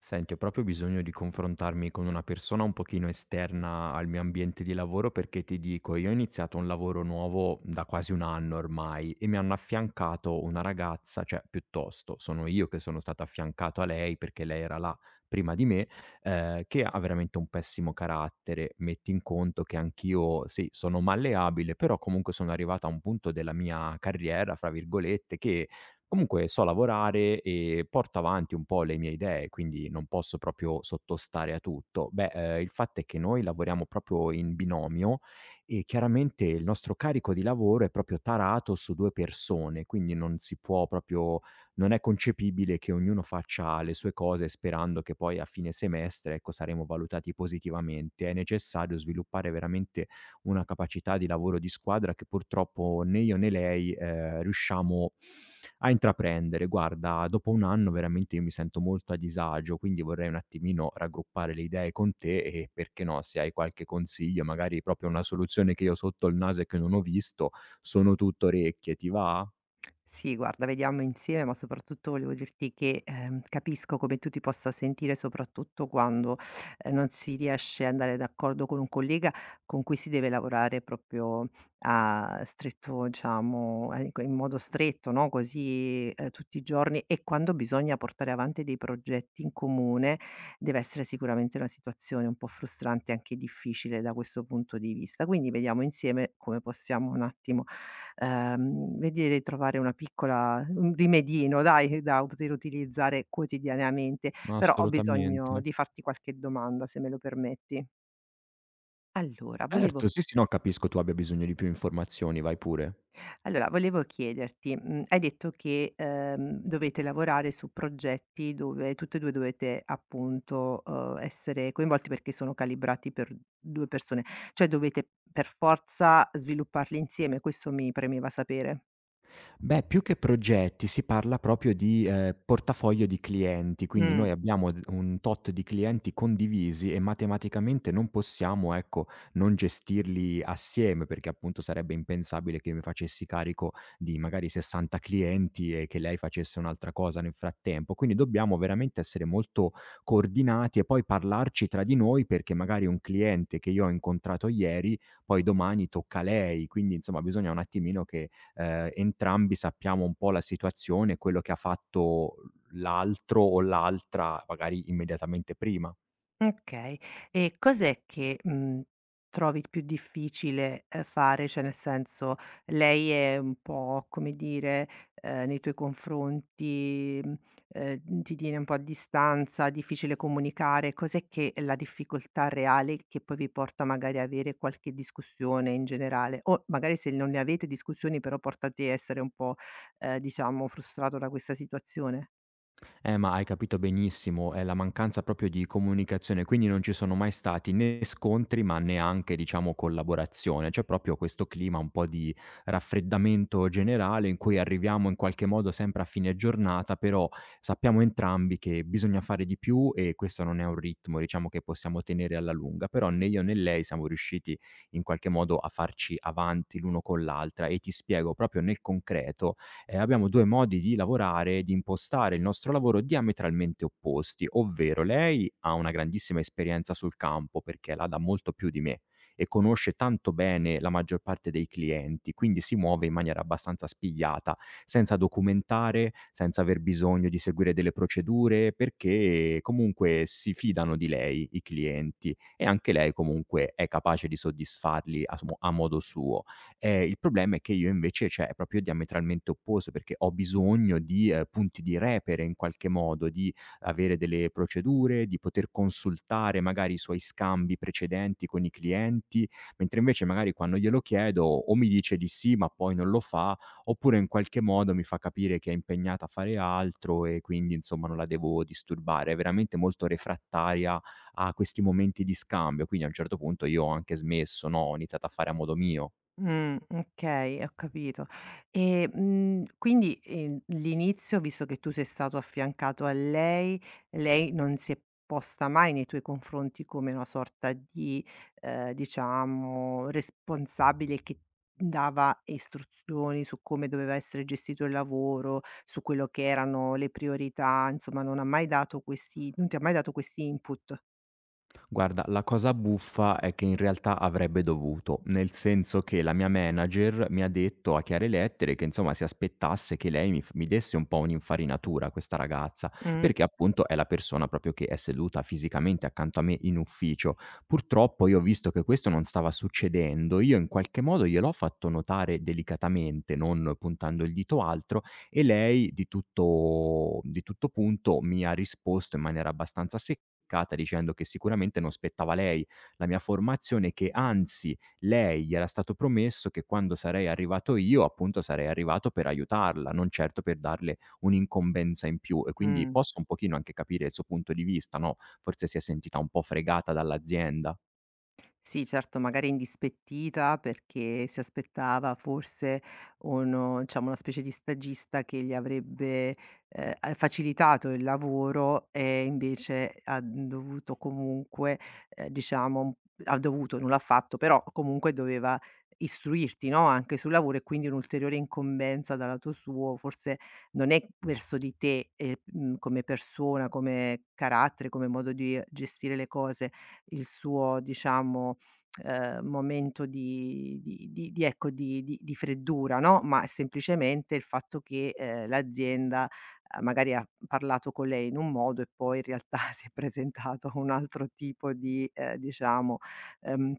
Senti, ho proprio bisogno di confrontarmi con una persona un pochino esterna al mio ambiente di lavoro perché ti dico, io ho iniziato un lavoro nuovo da quasi un anno ormai e mi hanno affiancato una ragazza, cioè piuttosto sono io che sono stato affiancato a lei perché lei era là prima di me, che ha veramente un pessimo carattere. Metti in conto che anch'io, sì, sono malleabile, però comunque sono arrivato a un punto della mia carriera, fra virgolette, che comunque so lavorare e porto avanti un po' le mie idee, quindi non posso proprio sottostare a tutto. Beh, il fatto è che noi lavoriamo proprio in binomio e chiaramente il nostro carico di lavoro è proprio tarato su 2 persone, quindi non si può proprio, non è concepibile che ognuno faccia le sue cose sperando che poi a fine semestre, ecco, saremo valutati positivamente. È necessario sviluppare veramente una capacità di lavoro di squadra che purtroppo né io né lei, riusciamo a intraprendere. Guarda, dopo 1 anno veramente io mi sento molto a disagio, quindi vorrei un attimino raggruppare le idee con te e, perché no, se hai qualche consiglio, magari proprio una soluzione che io ho sotto il naso e che non ho visto, sono tutto orecchie. Ti va? Sì, guarda, vediamo insieme, ma soprattutto volevo dirti che, capisco come tu ti possa sentire, soprattutto quando, non si riesce ad andare d'accordo con un collega con cui si deve lavorare proprio a stretto diciamo, in modo stretto, no, così, tutti i giorni e quando bisogna portare avanti dei progetti in comune, deve essere sicuramente una situazione un po' frustrante e anche difficile da questo punto di vista. Quindi vediamo insieme come possiamo un attimo vedere di trovare una piccola un rimedino dai, da poter utilizzare quotidianamente, però ho bisogno Assolutamente. di farti qualche domanda, se me lo permetti. Allora volevo Certo, sì, sì, no, capisco tu abbia bisogno di più informazioni, vai pure. allora volevo chiederti, hai detto che, dovete lavorare su progetti dove tutte e 2 dovete appunto, essere coinvolti perché sono calibrati per 2 persone, cioè dovete per forza svilupparli insieme, questo mi premeva sapere. Beh, più che progetti si parla proprio di, portafoglio di clienti, quindi Mh. noi abbiamo d un tot di clienti condivisi e matematicamente non possiamo, ecco, non gestirli assieme, perché appunto sarebbe impensabile che io mi facessi carico di magari 60 clienti e che lei facesse un'altra cosa nel frattempo. Quindi dobbiamo veramente essere molto coordinati e poi parlarci tra di noi, perché magari un cliente che io ho incontrato ieri, poi domani tocca a lei, quindi insomma bisogna un attimino che entrambi sappiamo un po' la situazione e quello che ha fatto l'altro o l'altra magari immediatamente prima. Okay. E cos'è che, trovi più difficile, fare? Cioè, nel senso, lei è un po', come dire, nei tuoi confronti, ti tiene un po' a distanza, difficile comunicare? Cos'è che è la difficoltà reale che poi vi porta magari a avere qualche discussione in generale? O magari se non ne avete discussioni, però porta te a essere un po', diciamo frustrato da questa situazione? Ma hai capito benissimo, è la mancanza proprio di comunicazione, quindi non ci sono mai stati né scontri, ma neanche, diciamo, collaborazione. C'è proprio questo clima un po' di raffreddamento generale in cui arriviamo in qualche modo sempre a fine giornata, però sappiamo entrambi che bisogna fare di più e questo non è un ritmo, diciamo, che possiamo tenere alla lunga, però né io né lei siamo riusciti in qualche modo a farci avanti l'uno con l'altra e ti spiego proprio nel concreto. Eh, abbiamo 2 modi di lavorare, di impostare il nostro lavoro diametralmente opposti, ovvero lei ha una grandissima esperienza sul campo perché la dà molto più di me e conosce tanto bene la maggior parte dei clienti, quindi si muove in maniera abbastanza spigliata, senza documentare, senza aver bisogno di seguire delle procedure, perché comunque si fidano di lei i clienti e anche lei comunque è capace di soddisfarli a modo suo. Il problema è che io invece, cioè, è proprio diametralmente opposto, perché ho bisogno di, punti di repere in qualche modo, di avere delle procedure, di poter consultare magari i suoi scambi precedenti con i clienti, mentre invece magari quando glielo chiedo o mi dice di sì, ma poi non lo fa, oppure in qualche modo mi fa capire che è impegnata a fare altro e quindi insomma non la devo disturbare. È veramente molto refrattaria a questi momenti di scambio, quindi a un certo punto io ho anche smesso, no, ho iniziato a fare a modo mio. Okay, ho capito. E, quindi, l'inizio, visto che tu sei stato affiancato a lei, lei non si è posta mai nei tuoi confronti come una sorta di, diciamo responsabile che dava istruzioni su come doveva essere gestito il lavoro, su quello che erano le priorità, insomma non ti ha mai dato questi input. Guarda, la cosa buffa è che in realtà avrebbe dovuto, nel senso che la mia manager mi ha detto a chiare lettere che insomma si aspettasse che lei mi desse un po' un'infarinatura, questa ragazza, Mh, perché appunto è la persona proprio che è seduta fisicamente accanto a me in ufficio. Purtroppo io ho visto che questo non stava succedendo, io in qualche modo gliel'ho fatto notare delicatamente, non puntando il dito altro, e lei di tutto punto mi ha risposto in maniera abbastanza seccata dicendo che sicuramente non spettava a lei la mia formazione, che anzi lei gli era stato promesso che quando sarei arrivato io, appunto, sarei arrivato per aiutarla, non certo per darle un'incombenza in più. E quindi mh. posso un pochino anche capire il suo punto di vista, no, forse si è sentita un po' fregata dall'azienda. Sì, certo, magari indispettita perché si aspettava forse uno diciamo, una specie di stagista che gli avrebbe, a facilitato il lavoro e invece ha dovuto comunque, diciamo ha dovuto, non l'ha fatto, però comunque doveva istruirti, no, anche sul lavoro e quindi un'ulteriore incombenza dal lato suo forse non è verso di te, come persona, come carattere, come modo di gestire le cose, il suo diciamo, momento di ecco, di freddura, no, ma è semplicemente il fatto che, l'azienda, magari ha parlato con lei in un modo e poi in realtà si è presentato un altro tipo di, diciamo, ehm,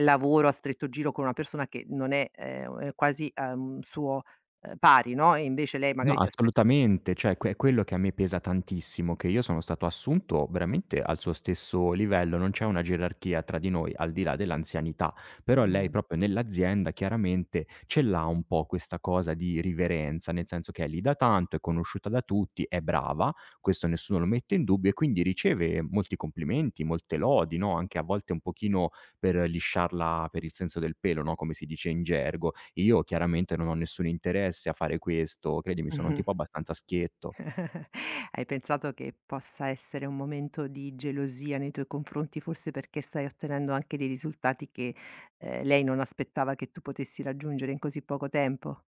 lavoro a stretto giro con una persona che non è, è quasi, suo, pari, no, e invece lei No, magari si aspetta assolutamente, cioè que è quello che a me pesa tantissimo, che io sono stato assunto veramente al suo stesso livello, non c'è una gerarchia tra di noi al di là dell'anzianità, però lei mh. proprio nell'azienda chiaramente ce l'ha un po' questa cosa di riverenza, nel senso che è lì da tanto, è conosciuta da tutti, è brava, questo nessuno lo mette in dubbio e quindi riceve molti complimenti, molte lodi, no, anche a volte un pochino per lisciarla per il senso del pelo, no, come si dice in gergo. Io chiaramente non ho nessun interesse a fare questo, credimi sono un Mh-mh. tipo abbastanza schietto. Hai pensato che possa essere un momento di gelosia nei tuoi confronti, forse perché stai ottenendo anche dei risultati che, lei non aspettava che tu potessi raggiungere in così poco tempo?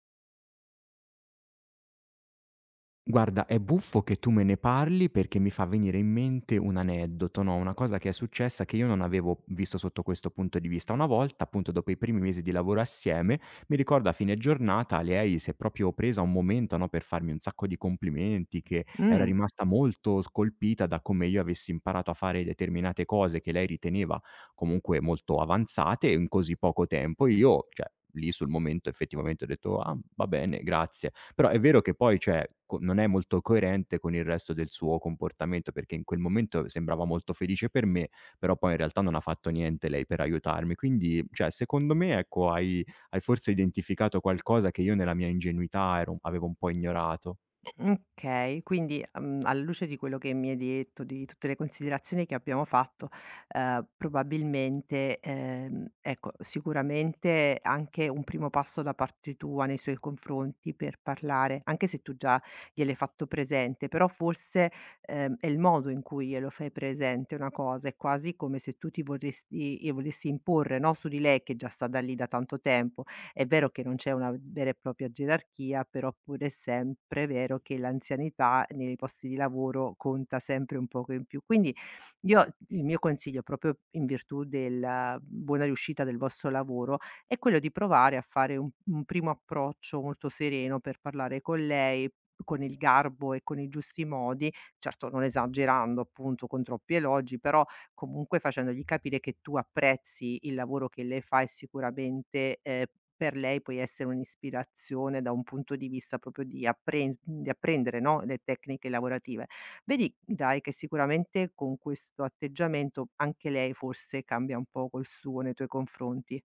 Guarda, è buffo che tu me ne parli perché mi fa venire in mente un aneddoto, no, una cosa che è successa che io non avevo visto sotto questo punto di vista. Una volta, appunto, dopo i primi mesi di lavoro assieme, mi ricordo a fine giornata lei si è proprio presa un momento, no, per farmi un sacco di complimenti, che era Mh. rimasta molto scolpita da come io avessi imparato a fare determinate cose che lei riteneva comunque molto avanzate in così poco tempo. Io, cioè, lì sul momento effettivamente ho detto: "Ah, va bene, grazie." Però è vero che poi, cioè, co non è molto coerente con il resto del suo comportamento, perché in quel momento sembrava molto felice per me, però poi in realtà non ha fatto niente lei per aiutarmi. Quindi, cioè, secondo me, ecco, hai forse identificato qualcosa che io nella mia ingenuità ero avevo un po' ignorato. Okay, quindi, alla luce di quello che mi hai detto, di tutte le considerazioni che abbiamo fatto, probabilmente, ecco, sicuramente anche un primo passo da parte tua nei suoi confronti per parlare, anche se tu già gliel'hai fatto presente, però forse, è il modo in cui glielo fai presente una cosa, è quasi come se tu ti vorresti e volessi imporre, no, su di lei che già sta da lì da tanto tempo. È vero che non c'è una vera e propria gerarchia, però pure è sempre vero che l'anzianità nei posti di lavoro conta sempre un poco in più. Quindi io il mio consiglio, proprio in virtù della buona riuscita del vostro lavoro, è quello di provare a fare un primo approccio molto sereno per parlare con lei, con il garbo e con i giusti modi, certo non esagerando appunto con troppi elogi, però comunque facendogli capire che tu apprezzi il lavoro che lei fa e sicuramente, per lei puoi essere un'ispirazione da un punto di vista proprio di apprendere, no, le tecniche lavorative. Vedrai che sicuramente con questo atteggiamento anche lei forse cambia un po' col suo nei tuoi confronti.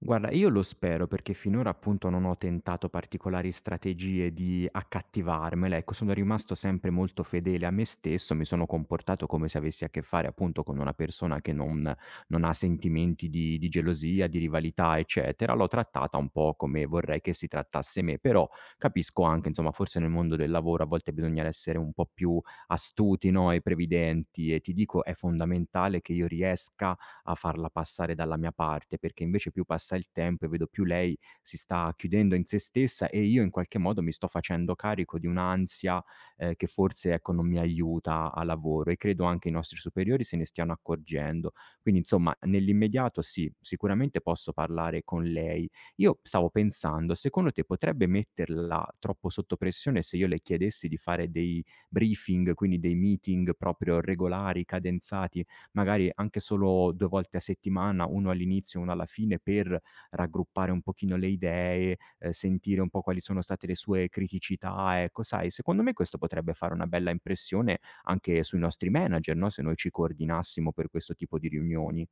Guarda, io lo spero perché finora appunto non ho tentato particolari strategie di accattivarmela, ecco, sono rimasto sempre molto fedele a me stesso, mi sono comportato come se avessi a che fare appunto con una persona che non ha sentimenti di gelosia, di rivalità, eccetera. L'ho trattata un po' come vorrei che si trattasse me, però capisco anche, insomma, forse nel mondo del lavoro a volte bisogna essere un po' più astuti, no? E previdenti e ti dico, è fondamentale che io riesca a farla passare dalla mia parte, perché invece più passa il tempo e vedo più lei si sta chiudendo in se stessa e io in qualche modo mi sto facendo carico di un'ansia, che forse, ecco, non mi aiuta a lavoro e credo anche i nostri superiori se ne stiano accorgendo. Quindi insomma, nell'immediato sì, sicuramente posso parlare con lei. Io stavo pensando, secondo te potrebbe metterla troppo sotto pressione se io le chiedessi di fare dei briefing, quindi dei meeting proprio regolari, cadenzati? Magari anche solo 2 volte a settimana, 1 all'inizio e 1 alla fine per raggruppare un pochino le idee, sentire un po' quali sono state le sue criticità, ecco, sai, secondo me questo potrebbe fare una bella impressione anche sui nostri manager, no, se noi ci coordinassimo per questo tipo di riunioni.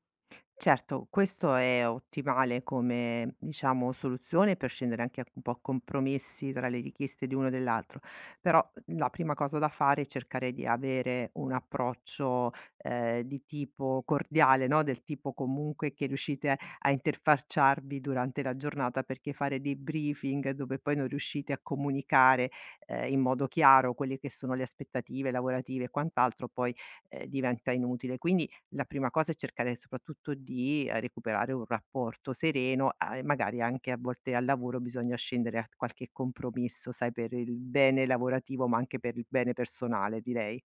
Certo, questo è ottimale come, diciamo, soluzione per scendere anche a un po' a compromessi tra le richieste di uno e dell'altro, però la prima cosa da fare è cercare di avere un approccio di tipo cordiale, no? Del tipo comunque che riuscite a interfacciarvi durante la giornata, perché fare dei briefing dove poi non riuscite a comunicare in modo chiaro quelle che sono le aspettative lavorative e quant'altro poi diventa inutile. Quindi la prima cosa è cercare soprattutto di, recuperare un rapporto sereno, a e magari anche a volte al lavoro bisogna scendere a qualche compromesso, sai, per il bene lavorativo, ma anche per il bene personale direi.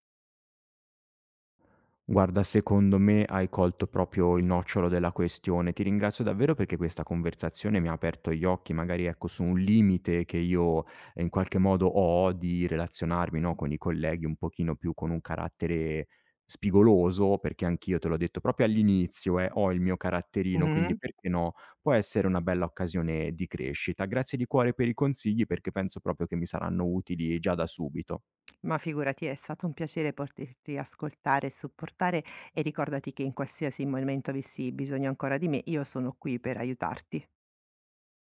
Guarda, secondo me hai colto proprio il nocciolo della questione. Ti ringrazio davvero perché questa conversazione mi ha aperto gli occhi, magari ecco, su un limite che io, in qualche modo ho di relazionarmi, no, con i colleghi un pochino più con un carattere spigoloso, perché anch'io te l'ho detto proprio all'inizio, ho il mio caratterino, quindi Mh-mh. perché no? Può essere una bella occasione di crescita. Grazie di cuore per i consigli perché penso proprio che mi saranno utili già da subito. Ma figurati, è stato un piacere poterti ascoltare e supportare e ricordati che in qualsiasi momento avessi bisogno ancora di me, io sono qui per aiutarti.